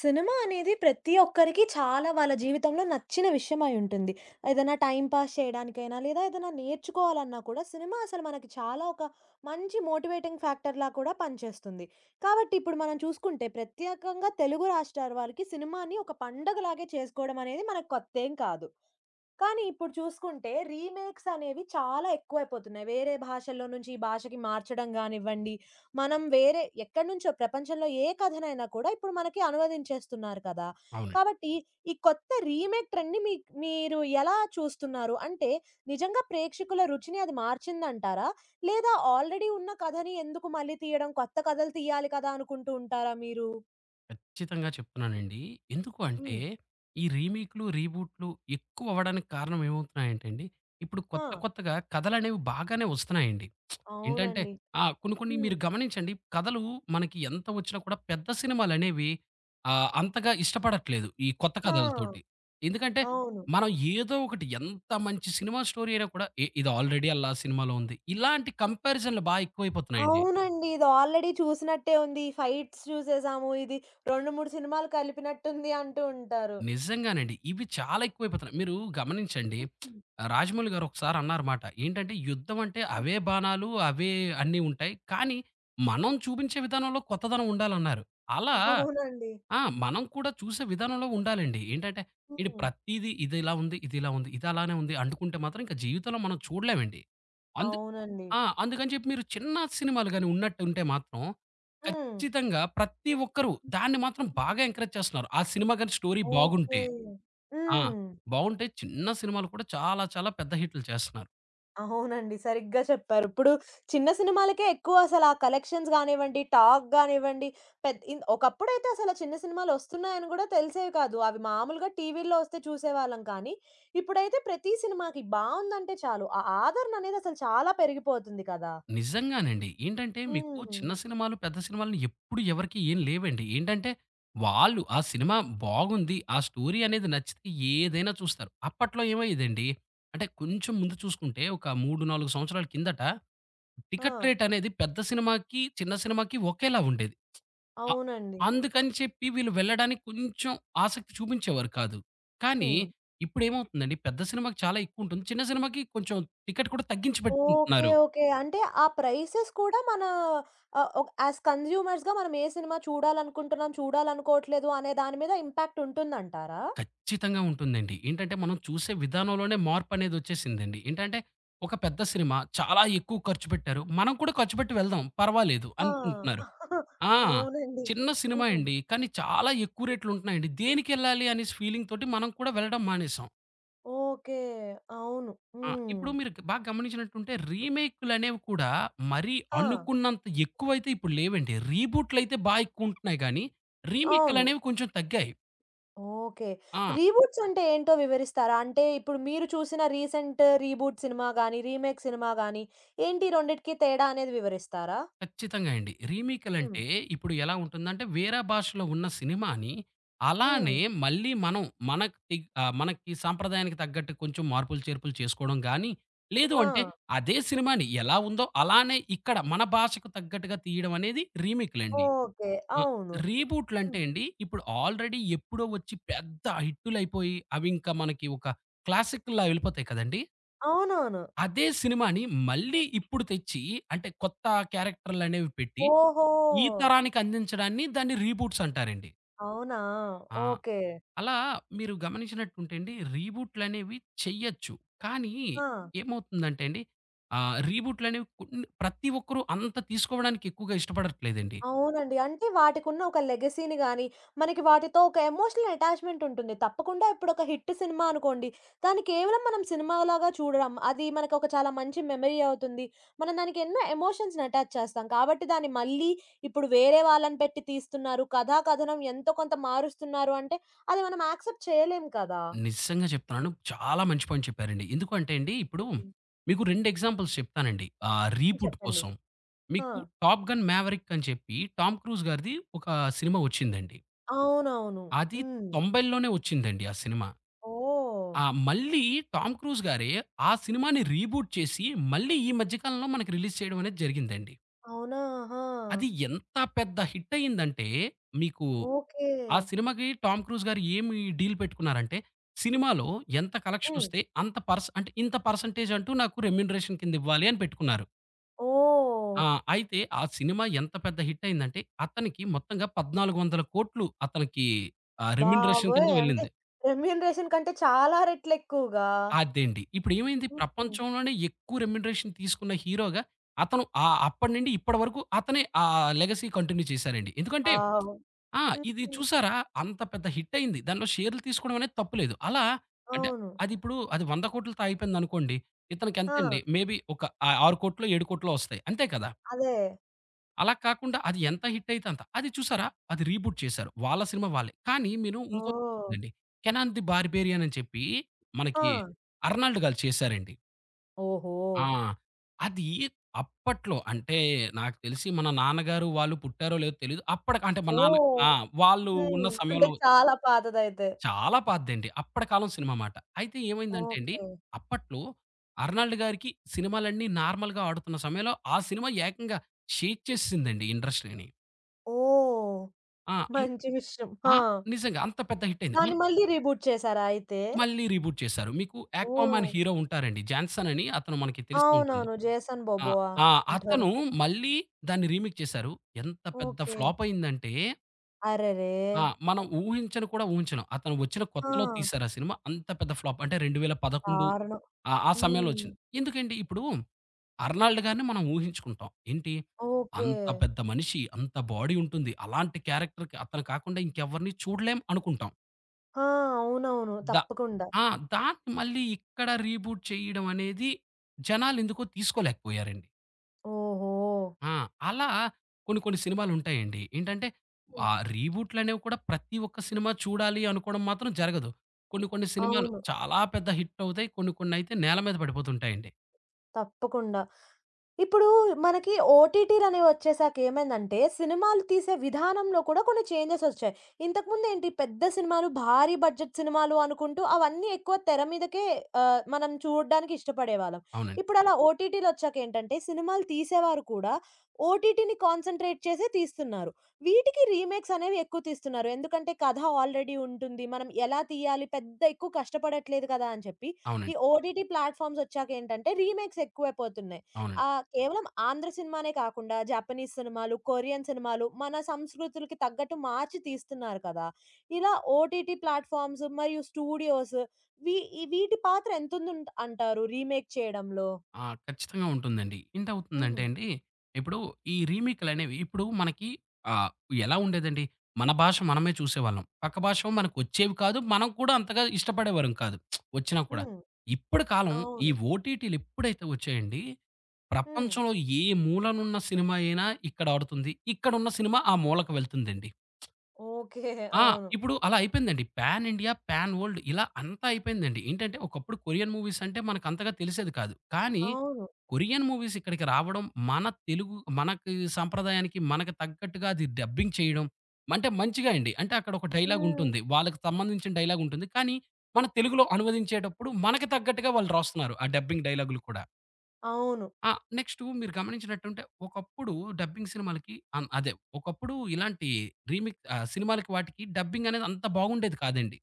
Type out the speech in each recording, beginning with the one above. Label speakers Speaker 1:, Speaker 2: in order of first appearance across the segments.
Speaker 1: Cinema అనేది ప్రతి ఒక్కరికి చాలా వాళ్ళ జీవితంలో నచ్చిన విషయం అయి ఉంటుంది. ఏదైనా టైమ్ పాస్ చేయడానికైనా, లేదా ఏదైనా నేర్చుకోవాలన్నా కూడా సినిమా అసలు మనకి చాలా ఒక మంచి మోటివేటింగ్ ఫ్యాక్టర్‌లా కూడా పనిచేస్తుంది. కాబట్టి ఇప్పుడు మనం చూసుకుంటే ప్రత్యేకంగా తెలుగు రాష్ట్రాల వారికి సినిమాని ఒక పండగలాగే చేసుకోవడం అనేది మనకు కొత్తేం కాదు. కానీ ఇప్పుడు చూసుకుంటే రీమేక్స్ అనేవి చాలా ఎక్కువైపోతున్నాయి. వేరే భాషల్లో నుంచి ఈ భాషకి మార్చడం గానివ్వండి, మనం వేరే ఎక్కడి నుంచో ప్రపంచంలో ఏ కథనైనా కూడా ఇప్పుడు మనకి అనువదించేస్తున్నారు కదా!
Speaker 2: అవునండి.
Speaker 1: కాబట్టి ఈ కొత్త రీమేక్ ట్రెండ్‌ని మీరు ఎలా చూస్తున్నారు? అంటే నిజంగా ప్రేక్షకుల రుచిని అది మార్చిందంటారా? లేదా ఆల్రెడీ ఉన్న కథని ఎందుకు మళ్ళీ తీయడం, కొత్త కథలు తీయాలి కదా! అనుకుంటూ ఉంటారా మీరు?
Speaker 2: ఖచ్చితంగా చెప్తున్నానండి. ఎందుకు అంటే,
Speaker 1: హ్మ్.
Speaker 2: ఈ రీమేక్‌లు, రీబూట్‌లు ఎక్కువ అవ్వడానికి కారణం ఏమవుతున్నాయంటే అండి, ఇప్పుడు
Speaker 1: ఆ!
Speaker 2: కొత్త కొత్తగా కథలనేవి బాగానే వస్తున్నాయండి. ఏంటంటే
Speaker 1: అవునండి.
Speaker 2: కొన్ని కొన్ని
Speaker 1: హ్మ్.
Speaker 2: మీరు గమనించండి. కథలు మనకి ఎంత వచ్చినా కూడా పెద్ద సినిమాలనేవి అంతగా ఇష్టపడట్లేదు ఈ కొత్త
Speaker 1: ఆ!
Speaker 2: కథలతోటి. ఎందుకంటే,
Speaker 1: అవును.
Speaker 2: మనం ఏదో ఒకటి ఎంత మంచి సినిమా స్టోరీ అయినా కూడా, ఇది ఆల్రెడీ అల్లా సినిమాలో ఉంది. ఇలాంటి కంపారిజన్‌లు బా ఎక్కువైపోతున్నాయండి.
Speaker 1: అవునండి. ఇది ఆల్రెడీ చూసినట్టే ఉంది. ఈ ఫైట్స్ చూసేసాము. ఇది 2, 3 సినిమాలు కలిపినట్టుంది అంటూ ఉంటారు.
Speaker 2: నిజంగానండి. ఇవి చాలా ఎక్కువైపోతున్నాయి. మీరు గమనించండి.
Speaker 1: హ్మ్.
Speaker 2: రాజమౌళి గారు ఒకసారి అన్నారమాట. ఏంటంటే యుద్ధం అంటే
Speaker 1: హ్మ్.
Speaker 2: అవే బాణాలు, అవే అన్నీ ఉంటాయి. కానీ మనం చూపించే విధానంలో కొత్తదనం ఉండాలన్నారు. అలా
Speaker 1: అవునండి.
Speaker 2: మనం కూడా చూసే విధానంలో ఉండాలండి. ఏంటంటే ఈడు
Speaker 1: హ్మ్.
Speaker 2: ప్రతీదీ ఇదిలా ఉంది, ఇదిలా ఉంది, ఇది అలానే ఉంది అంటుకుంటే మాత్రం ఇంక జీవితంలో మనం చూడలేమండి. అందు
Speaker 1: అవునండి.
Speaker 2: ఆ! అందుకని చెప్పి మీరు చిన్న సినిమాలు గాని ఉన్నట్టుంటే మాత్రం
Speaker 1: హ్మ్.
Speaker 2: ఖచ్చితంగా ప్రతి ఒక్కరు దాన్ని మాత్రం బాగా ఎంకరేజ్ చేస్తున్నారు ఆ సినిమా గాని స్టోరీ
Speaker 1: ఓకే.
Speaker 2: బాగుంటే. ఆ!
Speaker 1: హ్మ్.
Speaker 2: బావుంటాయి. చిన్న సినిమాలు కూడా చాలా చాలా పెద్ద హిట్‌లు చేస్తున్నారు.
Speaker 1: అవునండి. సరిగ్గా చెప్పారు. ఇప్పుడు చిన్న సినిమాలకే ఎక్కువ అసల ఆ కలెక్షన్స్ గానివ్వండి, టాక్ గానివ్వండి, పెద్ ఇన్ ఒకప్పుడైతే అసల చిన్న సినిమాలొస్తున్నాయని గూడా తెలిసేవి కాదు. అవి మామూలుగా టీవీల్లో వస్తే చూసేవాళ్ళం కానీ, ఇప్పుడైతే ప్రతి సినిమాకి బావుందంటే చాలు. ఆ ఆదరణనేది అసలు చాలా పెరిగిపోతుంది కదా!
Speaker 2: నిజంగానండి. ఏంటంటే మీకు
Speaker 1: హ్మ్.
Speaker 2: చిన్న సినిమాలు, పెద్ద సినిమాలని ఎప్పుడు ఎవరికీ ఏం లేవండి. ఏంటంటే వాళ్ళు ఆ సినిమా బాగుంది ఆ స్టోరీ అనేది నచ్చితే ఏదైనా చూస్తారు. అప్పట్లో ఏమయ్యేదండి అంటే కొంచెం ముందు చూసుకుంటే ఒక 3, 4 సంవత్సరాల కిందట టికెట్
Speaker 1: ఆ!
Speaker 2: రేట్ అనేది పెద్ద సినిమాకి, చిన్న సినిమాకి ఒకేలా ఉండేది. అ
Speaker 1: అవునండి.
Speaker 2: అందుకని చెప్పి వీళ్ళు వెళ్ళడానికి కొంచెం ఆసక్తి చూపించేవారు కాదు. కానీ
Speaker 1: హ్మ్.
Speaker 2: ఇప్పుడేమవుతుందండి, పెద్ద సినిమాకి చాలా ఎక్కువుంటుంది. చిన్న సినిమాకి కొంచెం టికెట్ కూడా తగ్గించి
Speaker 1: ఓకే.
Speaker 2: పెట్టుకుంటున్నారు.
Speaker 1: ఓకే. అంటే ఆ ప్రైసెస్ కూడా మన ఆహ్, యాస్ కన్స్యూమర్స్‌గా మనం ఏ సినిమా చూడాలనుకుంటున్నాం, చూడాలనుకోవట్లేదు అనే దాని మీద ఇంపాక్ట్ ఉంటుందంటారా?
Speaker 2: ఖచ్చితంగా ఉంటుందండి. ఏంటంటే మనం చూసే విధానంలోనే మార్పనేదొచ్చేసిందండి. ఏంటంటే ఒక పెద్ద సినిమా చాలా ఎక్కువ ఖర్చు పెట్టారు. మనం కూడా ఖర్చు పెట్టి వెళ్దాం పర్వాలేదు
Speaker 1: ఆ!
Speaker 2: అనుకుంటున్నారు. ఆ!
Speaker 1: అవునండి.
Speaker 2: చిన్న సినిమా
Speaker 1: హ్మ్.
Speaker 2: అండి. కానీ చాలా ఎక్కువ రేట్లుంటున్నాయండి. దేనికెళ్ళాలి అనేసి ఫీలింగ్ తోటి మనం కూడా వెళ్ళడం మానేసాం.
Speaker 1: ఓకే. అవును. హ్మ్.
Speaker 2: ఇప్పుడు మీరు బాగా గమనించినట్టుంటే రీమేక్‌లనేవి కూడా మరీ
Speaker 1: ఆ!
Speaker 2: అనుకున్నంత ఎక్కువైతే ఇప్పుడు లేవండి. రీబూట్‌లయితే బా ఎక్కువుంటున్నాయి గానీ,
Speaker 1: అవును.
Speaker 2: రీమేక్‌లనేవి కొంచెం తగ్గాయి.
Speaker 1: ఓకే.
Speaker 2: ఆ!
Speaker 1: రీబూట్స్ అంటే ఏంటో వివరిస్తారా? అంటే ఇప్పుడు మీరు చూసిన రీసెంట్ రీబూట్ సినిమా గాని, రీమేక్ సినిమా గాని ఏంటి రెండిటికి తేడా అనేది వివరిస్తారా?
Speaker 2: ఖచ్చితంగా అండి.
Speaker 1: హ్మ్.
Speaker 2: రీమేక్‌లంటే ఇప్పుడు ఎలా ఉంటుందంటే, వేరే భాషలో ఉన్న సినిమాని
Speaker 1: హ్మ్.
Speaker 2: అలానే మళ్ళీ మనం మనకి సాంప్రదాయానికి తగ్గట్టు కొంచెం మార్పులు, చేర్పులు చేసుకోవడం గానీ, లేదు
Speaker 1: ఆ!
Speaker 2: అంటే అదే సినిమాని ఎలా ఉందో అలానే ఇక్కడ మన భాషకు తగ్గట్టుగా తీయడం అనేది రీమేక్‌లండి.
Speaker 1: ఓకే.
Speaker 2: ఆ!
Speaker 1: అవును.
Speaker 2: రీబూట్‌లంటే
Speaker 1: హ్మ్.
Speaker 2: అండి, ఇప్పుడు ఆల్రెడీ ఎప్పుడో వచ్చి పెద్ద హిట్టులయిపోయి, అవి ఇంకా మనకి ఒక క్లాసిక్‌లా వెళ్ళిపోతాయి కదండీ!
Speaker 1: అవునవును.
Speaker 2: అదే సినిమాని మళ్ళీ ఇప్పుడు తెచ్చి, అంటే కొత్త క్యారెక్టర్‌లనేవి పెట్టి,
Speaker 1: ఓహో!
Speaker 2: ఈ తరానికి అందించడాన్ని దాన్ని రీబూట్స్ అంటారండి.
Speaker 1: అవునా?
Speaker 2: ఆ!
Speaker 1: ఓకే.
Speaker 2: అలా మీరు గమనించినట్టుంటే అండి, రీబూట్‌లనేవి చెయ్యొచ్చు. కానీ
Speaker 1: ఆ!
Speaker 2: ఏమవుతుందంటే అండి, రీబూట్‌లనేవి కొన్ని ప్రతి ఒక్కరు అంత తీసుకోవడానికి ఎక్కువగా ఇష్టపడట్లేదండి.
Speaker 1: అవునండి. అంటే వాటికున్న ఒక లెగసీని గాని, మనకి వాటితో ఒక ఎమోషనల్ అటాచ్‌మెంట్ ఉంటుంది. తప్పకుండా ఇప్పుడొక హిట్ సినిమా అనుకోండి, దాన్ని కేవలం మనం సినిమాలాగా చూడడం, అది మనకొక చాలా మంచి మెమరీ అవుతుంది. మనం దానికి ఎన్నో ఎమోషన్స్‌ని అటాచ్ చేస్తాం. కాబట్టి దాన్ని మళ్ళీ ఇప్పుడు వేరే వాళ్ళని పెట్టి తీస్తున్నారు, కథా కథనం ఎంతో కొంత మారుస్తున్నారు అంటే, అది మనం యాక్సెప్ట్ చేయలేం కదా!
Speaker 2: నిజంగా చెప్తున్నాను. చాలా మంచి పాయింట్ చెప్పారండి. ఎందుకు అంటే అండి, ఇప్పుడు
Speaker 1: హ్మ్.
Speaker 2: మీకు 2 ఎగ్జాంపుల్స్ చెప్తానండి. రీబూట్
Speaker 1: చెప్పండి.
Speaker 2: కోసం.
Speaker 1: ఆ!
Speaker 2: మీకు 'టాప్ గన్ మ్యావరిక్' అని చెప్పి 'టామ్ క్రూజ్' గారిది ఒక సినిమా వచ్చిందండి.
Speaker 1: అవునవును.
Speaker 2: అది
Speaker 1: హ్మ్.
Speaker 2: 90ల్లోనే వచ్చిందండి ఆ సినిమా.
Speaker 1: ఓహ్!
Speaker 2: మళ్ళీ 'టామ్ క్రూజ్' గారే ఆ సినిమాని రీబూట్ చేసి, మళ్ళీ ఈ మధ్య కాలంలో మనకి రిలీజ్ చేయడం అనేది జరిగిందండి.
Speaker 1: అవునా! ఆహా!
Speaker 2: అది ఎంత పెద్ద హిట్ అయిందంటే మీకు,
Speaker 1: ఓకే.
Speaker 2: ఆ సినిమాకి 'టామ్ క్రూజ్' గారు ఏమి డీల్ పెట్టుకున్నారంటే, సినిమాలో ఎంత
Speaker 1: హ్మ్.
Speaker 2: కలెక్షనొస్తే అంత పర్స్ అంటే ఇంత పర్సెంటేజ్ అంటూ నాకు రెమ్యూనరేషన్ కింద ఇవ్వాలి అని పెట్టుకున్నారు.
Speaker 1: ఓహ్!
Speaker 2: ఆ! అయితే ఆ సినిమా ఎంత పెద్ద హిట్ అయిందంటే, అతనికి మొత్తంగా 14,000,00,00,000 అతనికి రెమ్యూనరేషన్
Speaker 1: బాబోయ్!
Speaker 2: కింద
Speaker 1: అంటే
Speaker 2: వెళ్ళింది.
Speaker 1: రెమ్యూనరేషన్ కంటే చాలా రెట్లెక్కువగా.
Speaker 2: అదేండి. ఇప్పుడేమైంది,
Speaker 1: హ్మ్.
Speaker 2: ప్రపంచంలోనే ఎక్కువ రెమ్యూనరేషన్ తీసుకున్న హీరోగా అతను, అప్పటి నుండి ఇప్పటి వరకు అతనే ఆ లెగసీ కంటిన్యూ చేశారండి. ఎందుకంటే
Speaker 1: వావ్!
Speaker 2: ఆ!
Speaker 1: హ్మ్.
Speaker 2: ఇది చూసారా? అంత పెద్ద హిట్ అయింది. దానిలో షేర్‌లు తీసుకోవడం అనేది తప్పు లేదు. అలా అంటే
Speaker 1: అవును.
Speaker 2: అదిప్పుడు అది 100,00,00,000తో అయిపోయిందనుకోండి. ఇతనికి
Speaker 1: ఆ!
Speaker 2: ఎంతండి? మేబీ ఒక 6,00,00,000 7,00,00,000 వస్తాయి. అంతే కదా!
Speaker 1: అదే.
Speaker 2: అలా కాకుండా అది ఎంత హిట్ అయితే అంత. అది చూసారా? అది రీబూట్ చేశారు. వాళ్ళ సినిమా వాళ్ళే. కానీ మీరు ఇంకో
Speaker 1: ఓహ్!
Speaker 2: దండి 'కెనాన్ ది బార్బేరియన్' అని చెప్పి మనకి
Speaker 1: ఆ!
Speaker 2: 'అర్నాల్డ్' గారు చేశారండి.
Speaker 1: ఓహో!
Speaker 2: ఆ! అది అప్పట్లో అంటే నాకు తెలిసి మన నాన్నగారు వాళ్ళు పుట్టారో లేదో తెలీదు. అప్పటికి అంటే మా నాన్న
Speaker 1: ఓహ్!
Speaker 2: ఆ! వాళ్ళు ఉన్న
Speaker 1: హ్మ్. అంటే
Speaker 2: సమయంలో,
Speaker 1: చాలా పాతదైతే.
Speaker 2: చాలా పాతదండి. అప్పటి కాలం సినిమా మాట. అయితే ఏమైందంటే అండి,
Speaker 1: ఓకే.
Speaker 2: అప్పట్లో 'అర్నాల్డ్' గారికి సినిమాలన్నీ నార్మల్‌గా ఆడుతున్న సమయంలో, ఆ సినిమా ఏకంగా షేక్ చేసేసిందండి ఇండస్ట్రీని.
Speaker 1: ఓహ్!
Speaker 2: ఆ! అన్
Speaker 1: మంచి విషయం.
Speaker 2: ఆ!
Speaker 1: ఆ!
Speaker 2: నిజంగా అంత పెద్ద హిట్ అయింది.
Speaker 1: దాన్ని మళ్ళీ రీబూట్ చేసారా అయితే?
Speaker 2: మళ్ళీ రీబూట్ చేశారు. మీకు
Speaker 1: ఓహ్!
Speaker 2: 'ఆక్వామాన్' హీరో ఉంటారండి. 'జాన్సన్' అని అతను మనకి తెలిసే ఉంటుంది.
Speaker 1: అవునవును. 'జేసన్
Speaker 2: ఆ!
Speaker 1: బోబోవా'
Speaker 2: ఆ!
Speaker 1: అంటారు.
Speaker 2: అతను మళ్ళీ దాన్ని రీమేక్ చేశారు. ఎంత పెద్ద
Speaker 1: ఓకే.
Speaker 2: ఫ్లాప్ అయిందంటే
Speaker 1: అరెరే!
Speaker 2: మనం ఊహించను కూడా ఊహించను. అతను వచ్చిన
Speaker 1: ఆ!
Speaker 2: కొత్తలో తీశారు ఆ సినిమా. అంత పెద్ద ఫ్లాప్ అంటే 2011
Speaker 1: దారుణం.
Speaker 2: ఆ సమయంలో
Speaker 1: హ్మ్.
Speaker 2: ఒచ్చింది. ఎందుకండి ఇప్పుడు 'అర్నాల్డ్' గారిని మనం ఊహించుకుంటాం. ఏంటి,
Speaker 1: ఓకే.
Speaker 2: అంత పెద్ద మనిషి, అంత బాడీ ఉంటుంది. అలాంటి క్యారెక్టర్‌కి అతను కాకుండా ఇంకెవరిని చూడలేం అనుకుంటాం.
Speaker 1: ఆ! అవునవును.
Speaker 2: ద
Speaker 1: తప్పకుండా.
Speaker 2: ఆ! దాన్ని మళ్ళీ ఇక్కడ రీబూట్ చేయడం అనేది జనాలెందుకో తీసుకోలేకపోయారండి.
Speaker 1: ఓహో!
Speaker 2: ఆ! అలా కొన్ని కొన్ని సినిమాలుంటాయండి. ఏంటంటే
Speaker 1: హ్మ్.
Speaker 2: ఆ రీబూట్‌లనేవి కూడా ప్రతి ఒక్క సినిమా చూడాలి అనుకోవడం మాత్రం జరగదు. కొన్ని కొన్ని సినిమాలు
Speaker 1: అవును.
Speaker 2: చాలా పెద్ద హిట్ అవుతాయి. కొన్ని కొన్నయితే నేల మీద పడిపోతుంటాయండి.
Speaker 1: తప్పకుండా. ఇప్పుడు మనకి ఓటీటీలనేవి వచ్చేసాక ఏమైందంటే, సినిమాలు తీసే విధానంలో కూడా కొన్ని చేంజెస్ వచ్చాయి. ఇంతకుముందేంటి పెద్ద సినిమాలు, భారీ బడ్జెట్ సినిమాలు అనుకుంటూ అవన్నీ ఎక్కువ తెర మీదకే ఆహ్, మనం చూడడానికి ఇష్టపడేవాళ్ళం.
Speaker 2: అవునండి.
Speaker 1: ఇప్పుడలా ఓటీటీలొచ్చాకేంటంటే, సినిమాలు తీసేవారు కూడా ఓటీటీని కాన్సంట్రేట్ చేసే తీస్తున్నారు. వీటికి రీమేక్స్ అనేవి ఎక్కువ తీస్తున్నారు. ఎందుకంటే కథ ఆల్రెడీ ఉంటుంది. మనం ఎలా తీయాలి పెద్ద ఎక్కువ కష్టపడట్లేదు కదా! అని చెప్పి, ఈ
Speaker 2: అవునండి.
Speaker 1: ఓటీటీ ప్లాట్‌ఫార్మ్స్ వచ్చాకేంటంటే రీమేక్స్ ఎక్కువైపోతున్నాయి. ఆ!
Speaker 2: అవునండి.
Speaker 1: కేవలం ఆంధ్ర సినిమానే కాకుండా జాపనీస్ సినిమాలు, కొరియన్ సినిమాలు మన సంస్కృతులకి తగ్గట్టు మార్చి తీస్తున్నారు కదా! ఇలా ఓటీటీ ప్లాట్‌ఫార్మ్స్ మరియు స్టూడియోస్ వీ ఈ వీటి పాత్ర ఎంతుందుంట్ అంటారు రీమేక్ చేయడంలో?
Speaker 2: ఖచ్చితంగా ఉంటుందండి.
Speaker 1: హ్మ్.
Speaker 2: ఏంటవుతుందంటే అండి, ఇప్పుడు ఈ రీమేక్‌లనేవి ఇప్పుడు మనకి ఆహ్, ఎలా ఉండేదండి, మన భాష మనమే చూసేవాళ్ళం. పక్క భాష మనకొచ్చేవి కాదు. మనం కూడా అంతగా ఇష్టపడేవారం కాదు వచ్చినా కూడా.
Speaker 1: హ్మ్.
Speaker 2: ఇప్పుడు కాలం, ఈ
Speaker 1: అవును.
Speaker 2: ఓటీటీలు ఎప్పుడైతే వచ్చాయండి,
Speaker 1: హ్మ్.
Speaker 2: ప్రపంచంలో ఏ మూలనున్న సినిమా అయినా ఇక్కడ ఆడుతుంది. ఇక్కడున్న సినిమా ఆ మూలకు వెళ్తుందండి.
Speaker 1: ఓకే.
Speaker 2: ఆ!
Speaker 1: అవును.
Speaker 2: ఇప్పుడు అలా అయిపోయిందండి. పాన్ ఇండియా, పాన్ వరల్డ్ ఇలా అంతా అయిపోయిందండి. ఏంటంటే ఒకప్పుడు కొరియన్ మూవీస్ అంటే మనకంతగా తెలిసేది కాదు. కానీ
Speaker 1: అవును.
Speaker 2: కొరియన్ మూవీస్ ఇక్కడికి రావడం, మన తెలుగు మనకి సాంప్రదాయానికి మనకు తగ్గట్టుగా అది డబ్బింగ్ చేయడం, అంటే మంచిగా అండి. అంటే అక్కడ ఒక డైలాగ్
Speaker 1: హ్మ్.
Speaker 2: ఉంటుంది. వాళ్ళకి సంబంధించిన డైలాగ్ ఉంటుంది. కానీ మన తెలుగులో అనువదించేటప్పుడు మనకు తగ్గట్టుగా వాళ్ళు రాస్తున్నారు ఆ డబ్బింగ్ డైలాగులు కూడా.
Speaker 1: అవును.
Speaker 2: ఆ! నెక్స్టు మీరు గమనించినట్టుంటే ఒకప్పుడు డబ్బింగ్ సినిమాలకి అదే, ఒకప్పుడు ఇలాంటి రీమిక్ సినిమాలకి వాటికి డబ్బింగ్ అనేది అంత బాగుండేది కాదండి.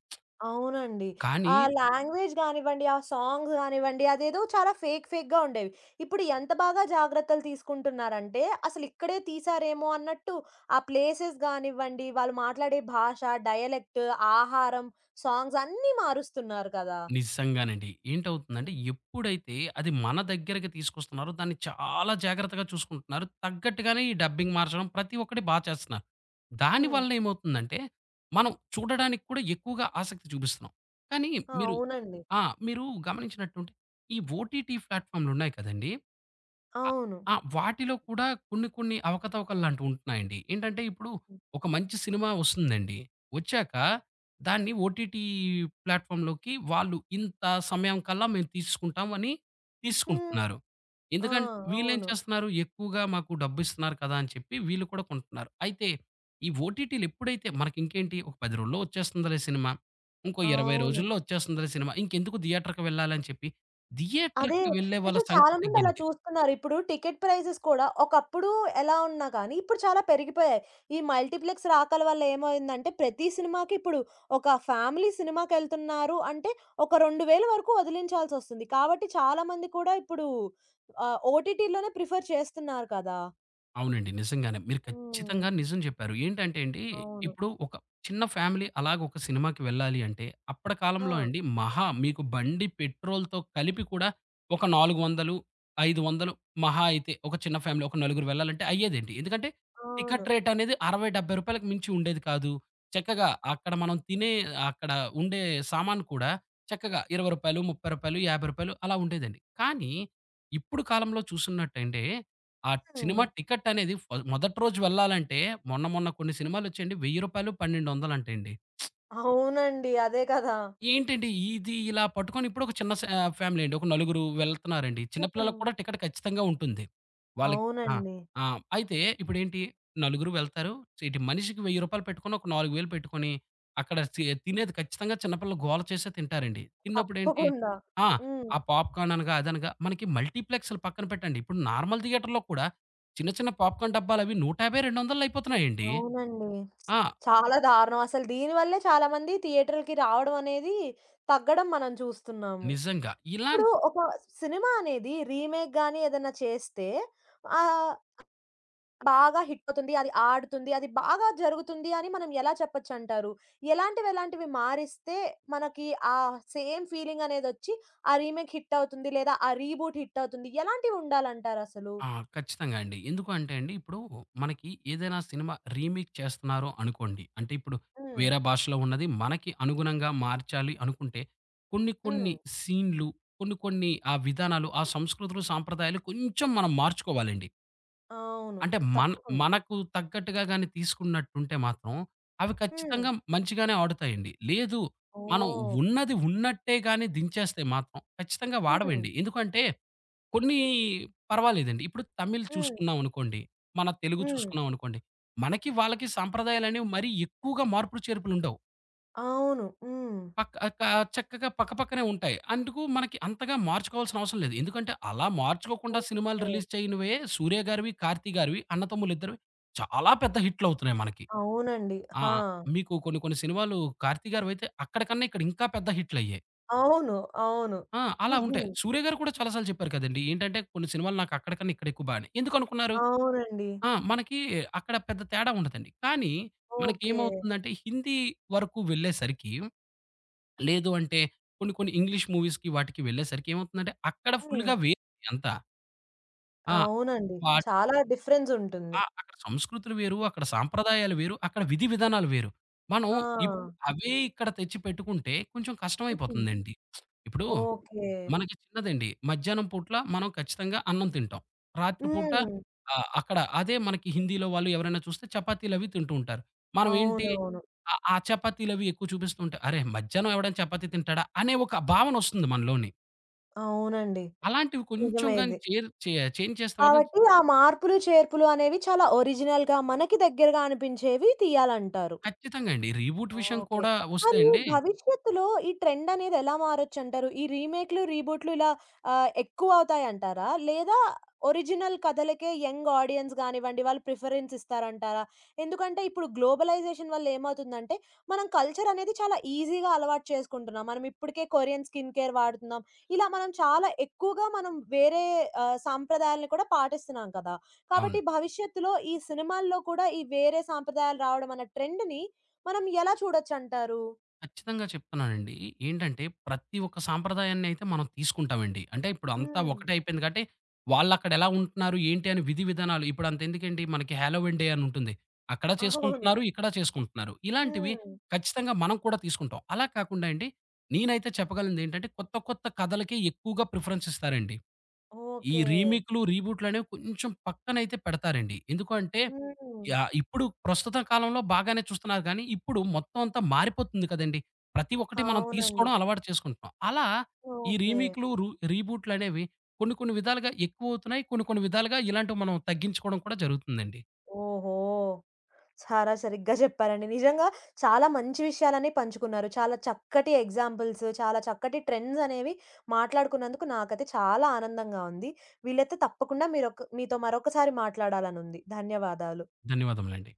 Speaker 1: అవునండి.
Speaker 2: కానీ
Speaker 1: ఆ లాంగ్వేజ్ గానివ్వండి, ఆ సాంగ్స్ గానివ్వండి, అదేదో చాలా ఫేక్ ఫేక్‌గా ఉండేవి. ఇప్పుడు ఎంత బాగా జాగ్రత్తలు తీసుకుంటున్నారంటే, అసలిక్కడే తీశారేమో అన్నట్టు ఆ ప్లేసెస్ గానివ్వండి, వాళ్ళు మాట్లాడే భాష, డయలెక్ట్, ఆహారం, సాంగ్స్ అన్నీ మారుస్తున్నారు కదా!
Speaker 2: నిజంగానండి. ఏంటవుతుందంటే
Speaker 1: హ్మ్.
Speaker 2: ఎప్పుడైతే అది మన దగ్గరకి తీసుకొస్తున్నారో దాన్ని చాలా జాగ్రత్తగా చూసుకుంటున్నారు. తగ్గట్టుగానే ఈ డబ్బింగ్ మార్చడం ప్రతి ఒక్కటి బా చేస్తున్నారు.
Speaker 1: హ్మ్.
Speaker 2: దానివల్ల ఏమవుతుందంటే మనం చూడడానికి కూడా ఎక్కువగా ఆసక్తి చూపిస్తున్నాం. కానీ
Speaker 1: ఆ!
Speaker 2: మీరు
Speaker 1: అవునండి.
Speaker 2: ఆ! మీరు గమనించినట్టుంటే ఈ ఓటీటీ ప్లాట్‌ఫార్మ్‌లున్నాయి కదండీ! అ
Speaker 1: అవును.
Speaker 2: ఆ! వాటిలో కూడా కొన్ని కొన్ని అవకతవకల్లాంటివి ఉంటున్నాయండి. ఏంటంటే ఇప్పుడు
Speaker 1: హ్మ్.
Speaker 2: ఒక మంచి సినిమా వస్తుందండి. వచ్చాక దాన్ని ఓటీటీ ప్లాట్‌ఫార్మ్‌లోకి వాళ్ళు ఇంత సమయం కల్లా మేము తీసుకుంటాం అని
Speaker 1: హ్మ్.
Speaker 2: తీసుకుంటున్నారు.
Speaker 1: ఆ!
Speaker 2: ఎందుకంటే వీళ్ళేం
Speaker 1: అవును.
Speaker 2: చేస్తున్నారు, ఎక్కువగా మాకు డబ్బిస్తున్నారు కదా అని చెప్పి వీళ్ళు కూడా కొంటున్నారు. అయితే ఈ ఓటీటీలు ఎప్పుడైతే మనకింకేంటి, ఒక 10 రోజుల్లో వచ్చేస్తుందిలే సినిమా, ఇంకో 20
Speaker 1: అవును.
Speaker 2: రోజుల్లో వచ్చేస్తుందిలే సినిమా, ఇంకెందుకు థియేటర్‌కి వెళ్ళాలని చెప్పి
Speaker 1: అదే.
Speaker 2: థియేటర్‌కి వెళ్ళే వాళ్ళ
Speaker 1: అయితే చాలా
Speaker 2: సంఖ్య
Speaker 1: మంది అలా
Speaker 2: తగ్గింది.
Speaker 1: చూస్తున్నారు. ఇప్పుడు టికెట్ ప్రైజెస్ కూడా ఒకప్పుడు ఎలా ఉన్నా కానీ, ఇప్పుడు చాలా పెరిగిపోయాయి. ఈ మల్టీప్లెక్స్ రాకల వల్ల ఏమైందంటే, ప్రతి సినిమాకి ఇప్పుడు ఒక ఫ్యామిలీ సినిమాకెళ్తున్నారు అంటే, ఒక 2,000 వరకు వదిలించాల్సొస్తుంది. కాబట్టి చాలా మంది కూడా ఇప్పుడు ఆహ్, ఓటీటీలోనే ప్రిఫర్ చేస్తున్నారు కదా!
Speaker 2: అవునండి. నిజంగానే. మీరు
Speaker 1: హ్మ్.
Speaker 2: ఖచ్చితంగా నిజం జెప్పారు. ఏంటంటే అండి,
Speaker 1: అవును.
Speaker 2: ఇప్పుడు ఒక చిన్న ఫ్యామిలీ అలాగ ఒక సినిమాకి వెళ్ళాలి అంటే, అప్పటి కాలంలో
Speaker 1: ఆ!
Speaker 2: అండి మహా మీకు బండి పెట్రోల్‌తో కలిపి కూడా ఒక 400, 500 మహా అయితే ఒక చిన్న ఫ్యామిలీ ఒక నలుగురు వెళ్ళాలంటే అయ్యేదండి. ఎందుకంటే
Speaker 1: అవును.
Speaker 2: టికెట్ రేట్ అనేది రూ. 60, 70కి మించి ఉండేది కాదు. చక్కగా అక్కడ మనం తినే అక్కడ ఉండే సామాను కూడా చక్కగా రూ. 20, రూ. 30, రూ. 50 అలా ఉండేదండి. కానీ ఇప్పుడు కాలంలో చూసున్నట్టంటే ఆ
Speaker 1: హ్మ్.
Speaker 2: సినిమా టికెట్ అనేది మొదటి రోజు వెళ్ళాలంటే మొన్న మొన్న కొన్ని సినిమాలొచ్చాయండి రూ. 1000, రూ. 1200 అంటండి.
Speaker 1: అవునండి. అదే కదా!
Speaker 2: ఏంటండి, ఇది ఇలా పట్టుకొని ఇప్పుడు ఒక చిన్న ఫ్యామిలీ అండి. ఒక నలుగురు వెళ్తున్నారండి. చిన్న పిల్లలకి
Speaker 1: హ్మ్.
Speaker 2: కూడా టికెట్ ఖచ్చితంగా ఉంటుంది వాళ్ళకి. ఆ!
Speaker 1: అవునండి.
Speaker 2: ఆ! అయితే ఇప్పుడేంటి, నలుగురు వెళ్తారు. ఇటు మనిషికి రూ. 1000 పెట్టుకొని ఒక 4000 పెట్టుకొని అక్కడ తినేది ఖచ్చితంగా, చిన్నపిల్లలు గోల చేసే తింటారండి. తిన్నప్పుడేంటి
Speaker 1: తప్పకుండా.
Speaker 2: ఆ!
Speaker 1: హ్మ్.
Speaker 2: ఆ పాప్‌కార్న్ అనగా అదనగా మనకి మల్టీప్లెక్స్‌లు పక్కన పెట్టండి. ఇప్పుడు నార్మల్ థియేటర్‌లో కూడా చిన్న చిన్న పాప్‌కార్న్ డబ్బాలవి 150, 200 అయిపోతున్నాయండి.
Speaker 1: అవునండి.
Speaker 2: ఆ!
Speaker 1: చాలా దారుణం. అసలు దీని వల్లే చాలామంది థియేటర్‌లకి రావడం అనేది తగ్గడం మనం చూస్తున్నాము.
Speaker 2: నిజంగా ఇలా.
Speaker 1: ఇప్పుడు ఒక సినిమా అనేది రీమేక్ గాని ఏదైనా చేస్తే ఆహ్, బాగా హిట్ అవుతుంది. అది ఆడుతుంది. అది బాగా జరుగుతుంది అని మనం ఎలా చెప్పొచ్చంటారు? ఎలాంటివి ఎలాంటివి మారిస్తే మనకి ఆ సేమ్ ఫీలింగ్ అనేదొచ్చి ఆ రీమేక్ హిట్ అవుతుంది లేదా ఆ రీబూట్ హిట్ అవుతుంది. ఎలాంటివి ఉండాలంటారసలు?
Speaker 2: ఆ! ఖచ్చితంగా అండి. ఎందుకు అంటే అండి, ఇప్పుడు మనకి ఏదైనా సినిమా రీమేక్ చేస్తున్నారు అనుకోండి. అంటే ఇప్పుడు
Speaker 1: హ్మ్.
Speaker 2: వేరే భాషలో ఉన్నది మనకి అనుగుణంగా మార్చాలి అనుకుంటే, కొన్ని
Speaker 1: హ్మ్.
Speaker 2: కొన్ని సీన్‌లు, కొన్ని కొన్ని ఆ విధానాలు, ఆ సంస్కృతులు, సాంప్రదాయాలు కొంచెం మనం మార్చుకోవాలండి.
Speaker 1: అవును.
Speaker 2: అంటే మన,
Speaker 1: తప్పకుండా.
Speaker 2: మనకు తగ్గట్టుగా గాని తీసుకున్నట్టుంటే మాత్రం అవి
Speaker 1: హ్మ్.
Speaker 2: ఖచ్చితంగా మంచిగానే ఆడుతాయండి. లేదు మనం
Speaker 1: ఓహ్!
Speaker 2: ఉన్నది ఉన్నట్టే గాని దించేస్తే మాత్రం ఖచ్చితంగా
Speaker 1: హ్మ్.
Speaker 2: వాడవండి. ఎందుకంటే కొన్ని పర్వాలేదండి. ఇప్పుడు తమిళ్
Speaker 1: హ్మ్.
Speaker 2: చూసుకున్నామనుకోండి, మన తెలుగు
Speaker 1: హ్మ్.
Speaker 2: చూసుకున్నామనుకోండి, మనకి వాళ్ళకి సాంప్రదాయాలనేవి మరీ ఎక్కువగా మార్పులు చేర్పులుండవు.
Speaker 1: అవును. హ్మ్.
Speaker 2: పక్క క చక్కగా పక్కపక్కనే ఉంటాయి. అందుకు మనకి అంతగా మార్చుకోవాల్సిన అవసరం లేదు. ఎందుకంటే, అలా మార్చుకోకుండా సినిమాలు
Speaker 1: ఓకే.
Speaker 2: రిలీజ్ చేయనివే 'సూర్య' గారివి, 'కార్తీ' గారివి, అన్నదమ్ములిద్దరివి చాలా పెద్ద హిట్‌లవుతున్నాయి మనకి.
Speaker 1: అవునండి.
Speaker 2: ఆ!
Speaker 1: ఆ!
Speaker 2: మీకు కొన్ని కొన్ని సినిమాలు 'కార్తీ' గారివైతే అక్కడికన్నా ఇక్కడ ఇంకా పెద్ద హిట్‌లయ్యాయి.
Speaker 1: అవును. అవును.
Speaker 2: అలా
Speaker 1: ఉహు.
Speaker 2: ఉంటాయి. 'సూర్య' గారు కూడా చాలా సార్లు చెప్పారు కదండీ! ఏంటంటే, కొన్ని సినిమాలు నాకు అక్కడికన్నా ఇక్కడ ఎక్కువ బాగానే ఎందుకనుకున్నారు?
Speaker 1: అవునండి.
Speaker 2: మనకి అక్కడ పెద్ద తేడా ఉండదండి. కానీ
Speaker 1: ఓకే.
Speaker 2: మనకేమవుతుందంటే హిందీ వరకు వెళ్ళేసరికి, లేదు అంటే కొన్ని కొన్ని ఇంగ్లీష్ మూవీస్‌కి వాటికి వెళ్ళేసరికి ఏమవుతుందంటే అక్కడ
Speaker 1: హ్మ్.
Speaker 2: ఫుల్‌గా వేరే అంతా. ఆ!
Speaker 1: అవునండి.
Speaker 2: వాట
Speaker 1: చాలా డిఫరెన్స్ ఉంటుంది.
Speaker 2: ఆ! అక్కడ సంస్కృతులు వేరు, అక్కడ సాంప్రదాయాలు వేరు, అక్కడ విధి విధానాలు వేరు. మనం
Speaker 1: ఆ!
Speaker 2: ఇప్పుడు అవే ఇక్కడ తెచ్చి పెట్టుకుంటే కొంచెం
Speaker 1: హ్మ్.
Speaker 2: కష్టమైపోతుందండి. ఇప్పుడు
Speaker 1: ఓకే.
Speaker 2: మనకి చిన్నదండి, మధ్యాహ్నం పూట్ల మనం ఖచ్చితంగా అన్నం తింటాం. రాత్రి పూట
Speaker 1: హ్మ్.
Speaker 2: అక్కడ అదే మనకి హిందీలో వాళ్ళు ఎవరైనా చూస్తే చపాతీలవి తింటూ ఉంటారు. మనం ఏంటి,
Speaker 1: అవునవును.
Speaker 2: ఆ ఆ చపాతీలవి ఎక్కువ చూపిస్తూ ఉంటే, అరే! మధ్యాహ్నం ఎవడైనా చపాతీ తింటాడా? అనే ఒక భావనొస్తుంది మనలోని.
Speaker 1: అవునండి.
Speaker 2: అలాంటివి కొంచెం
Speaker 1: నిజమే
Speaker 2: గాని
Speaker 1: ఇది.
Speaker 2: చేర్ చే చేంజ్ చేస్తే మాత్రం
Speaker 1: కాబట్టి ఆ మార్పులు, చేర్పులు అనేవి చాలా ఒరిజినల్‌గా మనకి దగ్గరగా అనిపించేవి తీయాలంటారు.
Speaker 2: ఖచ్చితంగా అండి. రీబూట్ విషయం
Speaker 1: ఓకే.
Speaker 2: కూడా వస్తే
Speaker 1: కానీ
Speaker 2: అండి,
Speaker 1: భవిష్యత్తులో ఈ ట్రెండ్ అనేది ఎలా మారొచ్చంటారు? ఈ రీమేక్‌లు, రీబూట్‌లు ఇలా ఆహ్, ఎక్కువవుతాయంటారా? లేదా ఒరిజినల్ కథలకే యంగ్ ఆడియన్స్ గానివ్వండి, వాళ్ళు ప్రిఫరెన్స్ ఇస్తారంటారా? ఎందుకంటే ఇప్పుడు గ్లోబలైజేషన్ వల్ల ఏమవుతుందంటే, మనం కల్చర్ అనేది చాలా ఈజీగా అలవాటు చేసుకుంటున్నాం. మనం ఇప్పటికే కొరియన్ స్కిన్ కేర్ వాడుతున్నాం. ఇలా మనం చాలా ఎక్కువగా మనం వేరే ఆహ్, సాంప్రదాయాలను కూడా పాటిస్తున్నాం కదా!
Speaker 2: అవును.
Speaker 1: కాబట్టి భవిష్యత్తులో ఈ సినిమాల్లో కూడా ఈ వేరే సాంప్రదాయాలు రావడం అన్న ట్రెండ్‌ని మనం ఎలా చూడొచ్చంటారు?
Speaker 2: ఖచ్చితంగా చెప్తున్నానండి. ఏంటంటే ప్రతి ఒక్క సాంప్రదాయాన్ని అయితే మనం తీసుకుంటామండి. అంటే ఇప్పుడు అంతా
Speaker 1: హ్మ్.
Speaker 2: ఒకటే అయిపోయింది కాబట్టి, వాళ్ళక్కడ ఎలా ఉంటున్నారు, ఏంటి అని విధి విధానాలు, ఇప్పుడు అంతెందుకండి మనకి హాలోవీన్ డే అని ఉంటుంది. అక్కడ ఓకే,
Speaker 1: అవును.
Speaker 2: చేసుకుంటున్నారు, ఇక్కడ చేసుకుంటున్నారు. ఇలాంటివి
Speaker 1: హ్మ్.
Speaker 2: ఖచ్చితంగా మనం కూడా తీసుకుంటాం. అలా కాకుండా అండి, నేనైతే చెప్పగలిగింది ఏంటంటే కొత్త కొత్త కథలకే ఎక్కువగా ప్రిఫరెన్స్ ఇస్తారండి. ఈ
Speaker 1: ఓకే.
Speaker 2: రీమేక్‌లు, రీబూట్‌లు అనేవి కొంచెం పక్కనైతే పెడతారండి. ఎందుకు అంటే
Speaker 1: హ్మ్.
Speaker 2: యాహ్! ఇప్పుడు ప్రస్తుత కాలంలో బాగానే చూస్తున్నారు గానీ, ఇప్పుడు మొత్తం అంతా మారిపోతుంది కదండీ! ప్రతి ఒక్కటి మనం
Speaker 1: అవునండి.
Speaker 2: తీసుకోవడం అలవాటు చేసుకుంటున్నాం. అలా ఈ
Speaker 1: ఓకే.
Speaker 2: రీమేక్‌లు, రీబూట్‌లనేవి కొన్ని కొన్ని విధాలుగా ఎక్కువవుతున్నాయి. కొన్ని కొన్ని విధాలుగా ఇలాంటివి మనం తగ్గించుకోవడం కూడా జరుగుతుందండి.
Speaker 1: ఓహో! చాలా సరిగ్గా చెప్పారండి. నిజంగా చాలా మంచి విషయాలన్నీ పంచుకున్నారు. చాలా చక్కటి ఎగ్జాంపుల్స్, చాలా చక్కటి ట్రెండ్స్ అనేవి మాట్లాడుకున్నందుకు నాకైతే చాలా ఆనందంగా ఉంది. వీలైతే తప్పకుండా మీతో మరొకసారి మాట్లాడాలనుంది. ధన్యవాదాలు.
Speaker 2: ధన్యవాదములండి.